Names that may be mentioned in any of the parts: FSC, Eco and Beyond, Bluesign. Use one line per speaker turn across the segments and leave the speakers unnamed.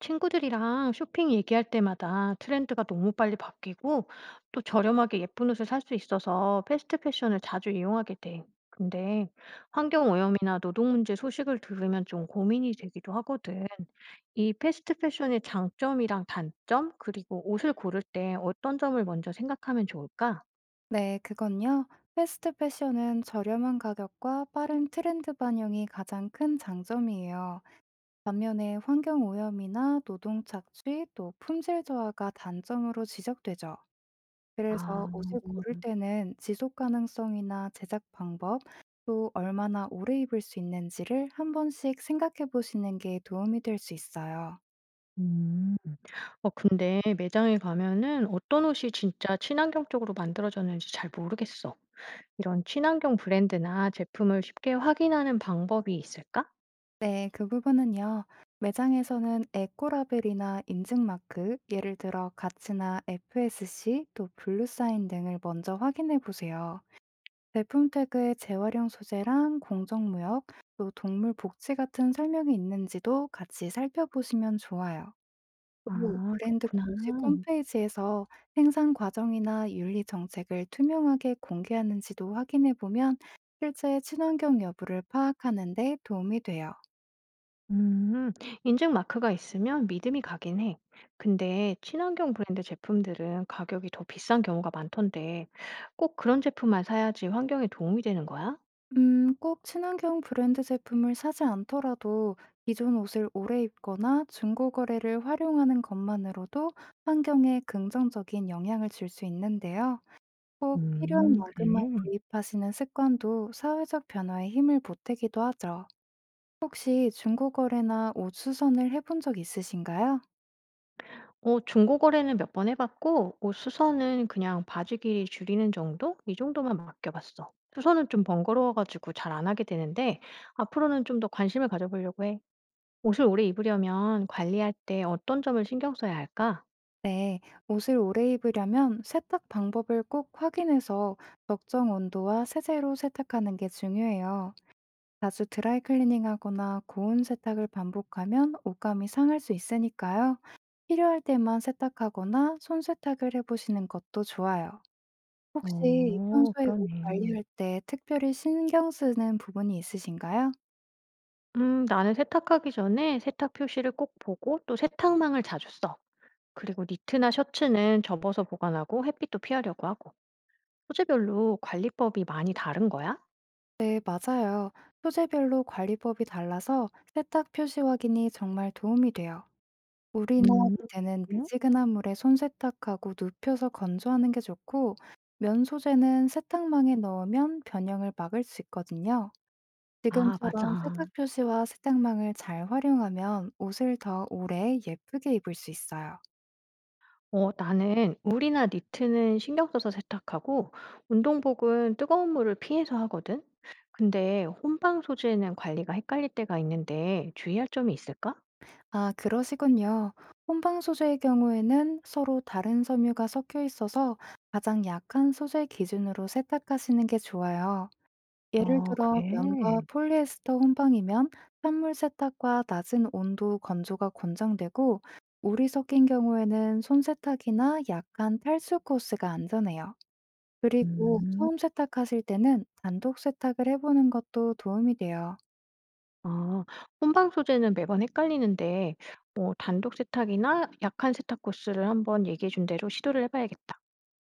친구들이랑 쇼핑 얘기할 때마다 트렌드가 너무 빨리 바뀌고 또 저렴하게 예쁜 옷을 살 수 있어서 패스트 패션을 자주 이용하게 돼. 근데 환경 오염이나 노동 문제 소식을 들으면 좀 고민이 되기도 하거든. 이 패스트 패션의 장점이랑 단점, 그리고 옷을 고를 때 어떤 점을 먼저 생각하면 좋을까?
네, 그건요. 패스트 패션은 저렴한 가격과 빠른 트렌드 반영이 가장 큰 장점이에요. 반면에 환경 오염이나 노동 착취 또 품질 저하가 단점으로 지적되죠. 그래서
아,
옷을 고를 때는 지속 가능성이나 제작 방법, 또 얼마나 오래 입을 수 있는지를 한 번씩 생각해 보시는 게 도움이 될 수 있어요.
음, 어, 근데 매장에 가면은 어떤 옷이 진짜 친환경적으로 만들어졌는지 잘 모르겠어. 이런 친환경 브랜드나 제품을 쉽게 확인하는 방법이 있을까?
네, 그 부분은요. 매장에서는 에코라벨이나 인증마크, 예를 들어 가치나 FSC, 또 블루사인 등을 먼저 확인해 보세요. 제품 태그에 재활용 소재랑 공정무역, 또 동물 복지 같은 설명이 있는지도 같이 살펴보시면 좋아요. 또
아,
브랜드
그렇구나.
공식 홈페이지에서 생산 과정이나 윤리 정책을 투명하게 공개하는지도 확인해 보면 실제 친환경 여부를 파악하는 데 도움이 돼요.
음, 인증 마크가 있으면 믿음이 가긴 해. 근데 친환경 브랜드 제품들은 가격이 더 비싼 경우가 많던데 꼭 그런 제품만 사야지 환경에 도움이 되는 거야?
꼭 친환경 브랜드 제품을 사지 않더라도 기존 옷을 오래 입거나 중고 거래를 활용하는 것만으로도 환경에 긍정적인 영향을 줄 수 있는데요. 꼭 필요한 만큼만
그래.
구입하시는 습관도 사회적 변화에 힘을 보태기도 하죠. 혹시 중고 거래나 옷 수선을 해본 적 있으신가요?
어, 중고 거래는 몇 번 해봤고 옷 수선은 그냥 바지 길이 줄이는 정도? 이 정도만 맡겨봤어. 수선은 좀 번거로워가지고 잘 안 하게 되는데 앞으로는 좀 더 관심을 가져보려고 해. 옷을 오래 입으려면 관리할 때 어떤 점을 신경 써야 할까?
네, 옷을 오래 입으려면 세탁 방법을 꼭 확인해서 적정 온도와 세제로 세탁하는 게 중요해요. 자주 드라이 클리닝하거나 고온 세탁을 반복하면 옷감이 상할 수 있으니까요. 필요할 때만 세탁하거나 손 세탁을 해보시는 것도 좋아요. 혹시
오,
평소에 옷
그러네.
관리할 때 특별히 신경 쓰는 부분이 있으신가요?
나는 세탁하기 전에 세탁 표시를 꼭 보고 또 세탁망을 자주 써. 그리고 니트나 셔츠는 접어서 보관하고 햇빛도 피하려고 하고. 소재별로 관리법이 많이 다른 거야?
네, 맞아요. 소재별로 관리법이 달라서 세탁 표시 확인이 정말 도움이 돼요. 물이나
음.
니트는 미지근한 물에 손 세탁하고 눕혀서 건조하는 게 좋고, 면 소재는 세탁망에 넣으면 변형을 막을 수 있거든요.
아,
지금처럼
맞아.
세탁 표시와 세탁망을 잘 활용하면 옷을 더 오래 예쁘게 입을 수 있어요.
어, 나는 울이나 니트는 신경 써서 세탁하고 운동복은 뜨거운 물을 피해서 하거든. 근데 혼방 소재는 관리가 헷갈릴 때가 있는데 주의할 점이 있을까?
아, 그러시군요. 혼방 소재의 경우에는 서로 다른 섬유가 섞여 있어서 가장 약한 소재 기준으로 세탁하시는 게 좋아요. 예를
아,
들어 면과
그래?
폴리에스터 혼방이면 찬물 세탁과 낮은 온도 건조가 권장되고 물이 섞인 경우에는 손 세탁이나 약간 탈수 코스가 안전해요. 그리고
음.
처음 세탁하실 때는 단독 세탁을 해보는 것도 도움이 돼요.
아, 혼방 소재는 매번 헷갈리는데 단독 세탁이나 약한 세탁 코스를 한번 얘기해 준 대로 시도를 해 봐야겠다.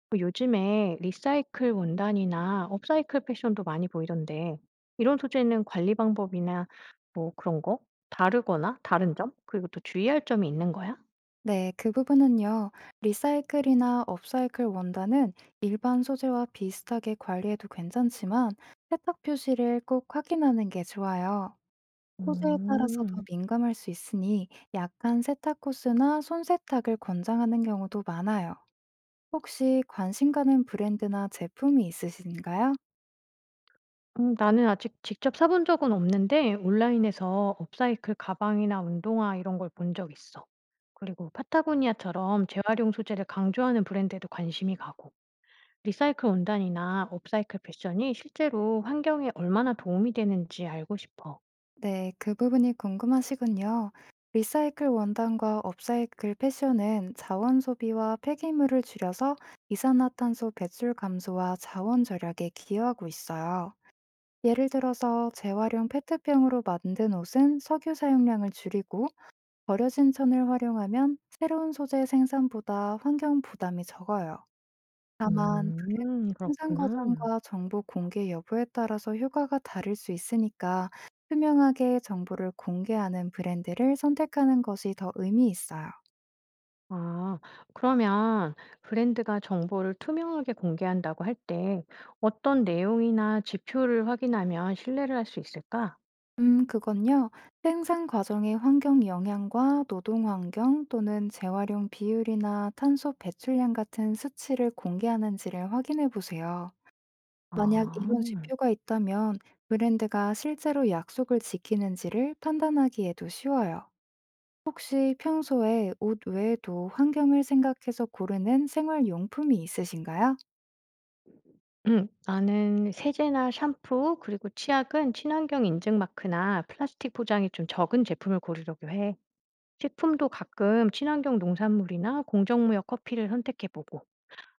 그 요즘에 리사이클 원단이나 업사이클 패션도 많이 보이던데, 이런 소재는 관리 방법이나 뭐 그런 거? 다르거나 다른 점? 그리고 또 주의할 점이 있는 거야?
네, 그 부분은요. 리사이클이나 업사이클 원단은 일반 소재와 비슷하게 관리해도 괜찮지만 세탁 표시를 꼭 확인하는 게 좋아요. 소재에 따라서 더
음,
민감할 수 있으니 약한 세탁 코스나 손 세탁을 권장하는 경우도 많아요. 혹시 관심 가는 브랜드나 제품이 있으신가요?
나는 아직 직접 사본 적은 없는데, 온라인에서 업사이클 가방이나 운동화 이런 걸 본 적 있어. 그리고 파타고니아처럼 재활용 소재를 강조하는 브랜드에도 관심이 가고, 리사이클 원단이나 업사이클 패션이 실제로 환경에 얼마나 도움이 되는지 알고 싶어.
네, 그 부분이 궁금하시군요. 리사이클 원단과 업사이클 패션은 자원 소비와 폐기물을 줄여서 이산화탄소 배출 감소와 자원 절약에 기여하고 있어요. 예를 들어서 재활용 페트병으로 만든 옷은 석유 사용량을 줄이고 버려진 천을 활용하면 새로운 소재 생산보다 환경 부담이 적어요. 다만 브랜드
음,
생산
그렇구나.
과정과 정보 공개 여부에 따라서 효과가 다를 수 있으니까 투명하게 정보를 공개하는 브랜드를 선택하는 것이 더 의미 있어요.
아, 그러면 브랜드가 정보를 투명하게 공개한다고 할 때 어떤 내용이나 지표를 확인하면 신뢰를 할 수 있을까?
그건요. 생산 과정의 환경 영향과 노동 환경 또는 재활용 비율이나 탄소 배출량 같은 수치를 공개하는지를 확인해 보세요. 만약 이런
아.
지표가 있다면 브랜드가 실제로 약속을 지키는지를 판단하기에도 쉬워요. 혹시 평소에 옷 외에도 환경을 생각해서 고르는 생활용품이 있으신가요?
나는 세제나 샴푸 그리고 치약은 친환경 인증 마크나 플라스틱 포장이 좀 적은 제품을 고르려고 해. 식품도 가끔 친환경 농산물이나 공정무역 커피를 선택해 보고.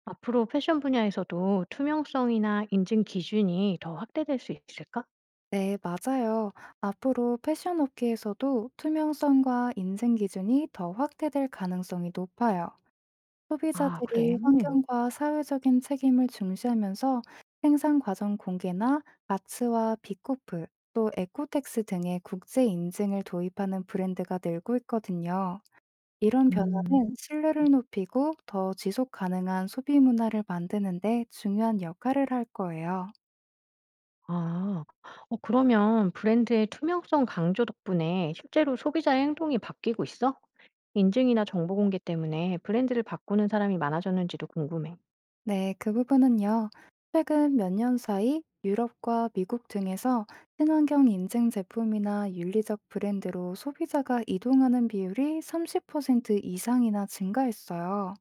앞으로 패션 분야에서도 투명성이나 인증 기준이 더 확대될 수 있을까?
네, 맞아요. 앞으로 패션 업계에서도 투명성과 인증 기준이 더 확대될 가능성이 높아요.
아, 그래?
소비자들이 환경과 사회적인 책임을 중시하면서 생산 과정 공개나 마츠와 비코프, 또 에코텍스 등의 국제 인증을 도입하는 브랜드가 늘고 있거든요. 이런
음.
변화는 신뢰를 높이고 더 지속 가능한 소비 문화를 만드는 데 중요한 역할을 할 거예요.
아. 어, 그러면 브랜드의 투명성 강조 덕분에 실제로 소비자의 행동이 바뀌고 있어? 인증이나 정보 공개 때문에 브랜드를 바꾸는 사람이 많아졌는지도 궁금해.
네, 그 부분은요. 최근 몇 년 사이 유럽과 미국 등에서 친환경 인증 제품이나 윤리적 브랜드로 소비자가 이동하는 비율이 30% 이상이나 증가했어요.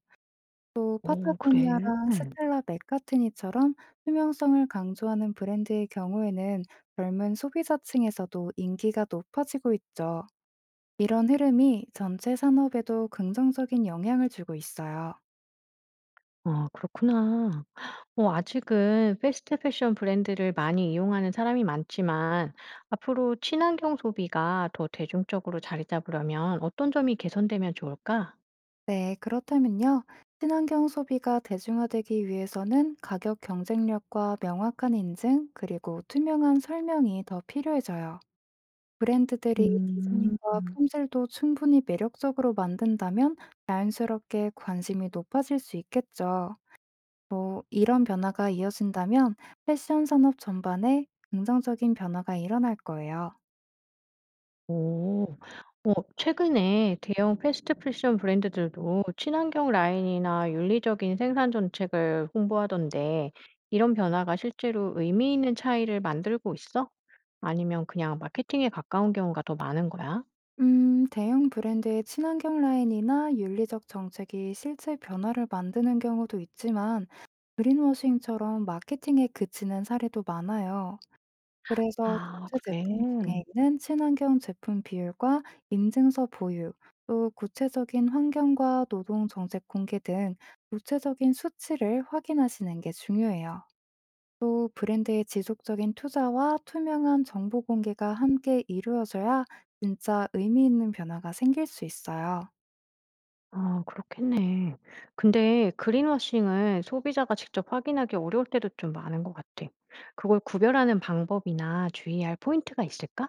또
오, 그래?
파타고니아랑 스텔라 맥카트니처럼 투명성을 강조하는 브랜드의 경우에는 젊은 소비자층에서도 인기가 높아지고 있죠. 이런 흐름이 전체 산업에도 긍정적인 영향을 주고 있어요.
아, 그렇구나. 어, 아직은 패스트 패션 브랜드를 많이 이용하는 사람이 많지만 앞으로 친환경 소비가 더 대중적으로 자리 잡으려면 어떤 점이 개선되면 좋을까?
네, 그렇다면요. 친환경 소비가 대중화되기 위해서는 가격 경쟁력과 명확한 인증, 그리고 투명한 설명이 더 필요해져요. 브랜드들이
음.
디자인과 품질도 충분히 매력적으로 만든다면 자연스럽게 관심이 높아질 수 있겠죠. 뭐, 이런 변화가 이어진다면 패션 산업 전반에 긍정적인 변화가 일어날 거예요.
오. 어, 최근에 대형 패스트패션 브랜드들도 친환경 라인이나 윤리적인 생산 정책을 홍보하던데 이런 변화가 실제로 의미 있는 차이를 만들고 있어? 아니면 그냥 마케팅에 가까운 경우가 더 많은 거야?
대형 브랜드의 친환경 라인이나 윤리적 정책이 실제 변화를 만드는 경우도 있지만, 그린워싱처럼 마케팅에 그치는 사례도 많아요. 그래서
아,
전체
그래.
제품 중에 있는 친환경 제품 비율과 인증서 보유, 또 구체적인 환경과 노동 정책 공개 등 구체적인 수치를 확인하시는 게 중요해요. 또 브랜드의 지속적인 투자와 투명한 정보 공개가 함께 이루어져야 진짜 의미 있는 변화가 생길 수 있어요.
아, 그렇겠네. 근데 그린워싱을 소비자가 직접 확인하기 어려울 때도 좀 많은 것 같아. 그걸 구별하는 방법이나 주의할 포인트가 있을까?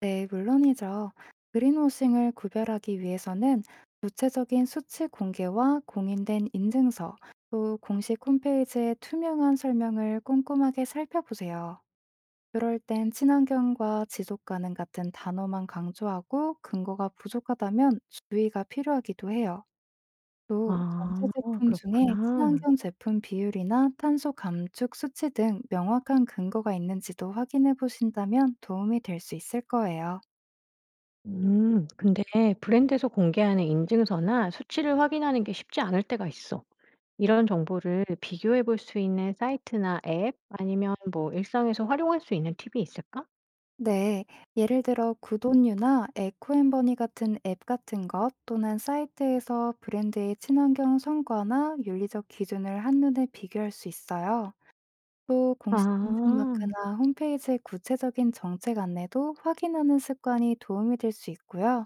네, 물론이죠. 그린워싱을 구별하기 위해서는 구체적인 수치 공개와 공인된 인증서, 또 공식 홈페이지의 투명한 설명을 꼼꼼하게 살펴보세요. 그럴 땐 친환경과 지속 가능 같은 단어만 강조하고 근거가 부족하다면 주의가 필요하기도 해요. 또 전체
아,
제품 중에
그렇구나.
친환경 제품 비율이나 탄소 감축 수치 등 명확한 근거가 있는지도 확인해 보신다면 도움이 될 수 있을 거예요.
음, 근데 브랜드에서 공개하는 인증서나 수치를 확인하는 게 쉽지 않을 때가 있어. 이런 정보를 비교해 볼 수 있는 사이트나 앱 아니면 뭐 일상에서 활용할 수 있는 팁이 있을까?
네, 예를 들어 굿온유나 에코앤버니 같은 앱 같은 것 또는 사이트에서 브랜드의 친환경 성과나 윤리적 기준을 한눈에 비교할 수 있어요. 또 공식 인증
아.
마크나 홈페이지의 구체적인 정책 안내도 확인하는 습관이 도움이 될 수 있고요.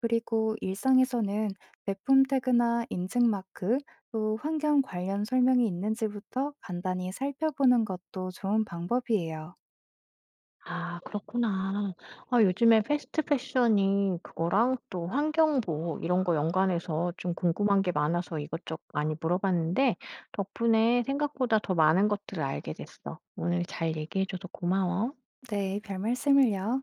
그리고 일상에서는 제품 태그나 인증 마크, 또 환경 관련 설명이 있는지부터 간단히 살펴보는 것도 좋은 방법이에요.
아, 그렇구나. 아, 요즘에 패스트 패션이 그거랑 또 환경 보호 이런 거 연관해서 좀 궁금한 게 많아서 이것저것 많이 물어봤는데 덕분에 생각보다 더 많은 것들을 알게 됐어. 오늘 잘 얘기해 줘서 고마워.
네, 별 말씀을요.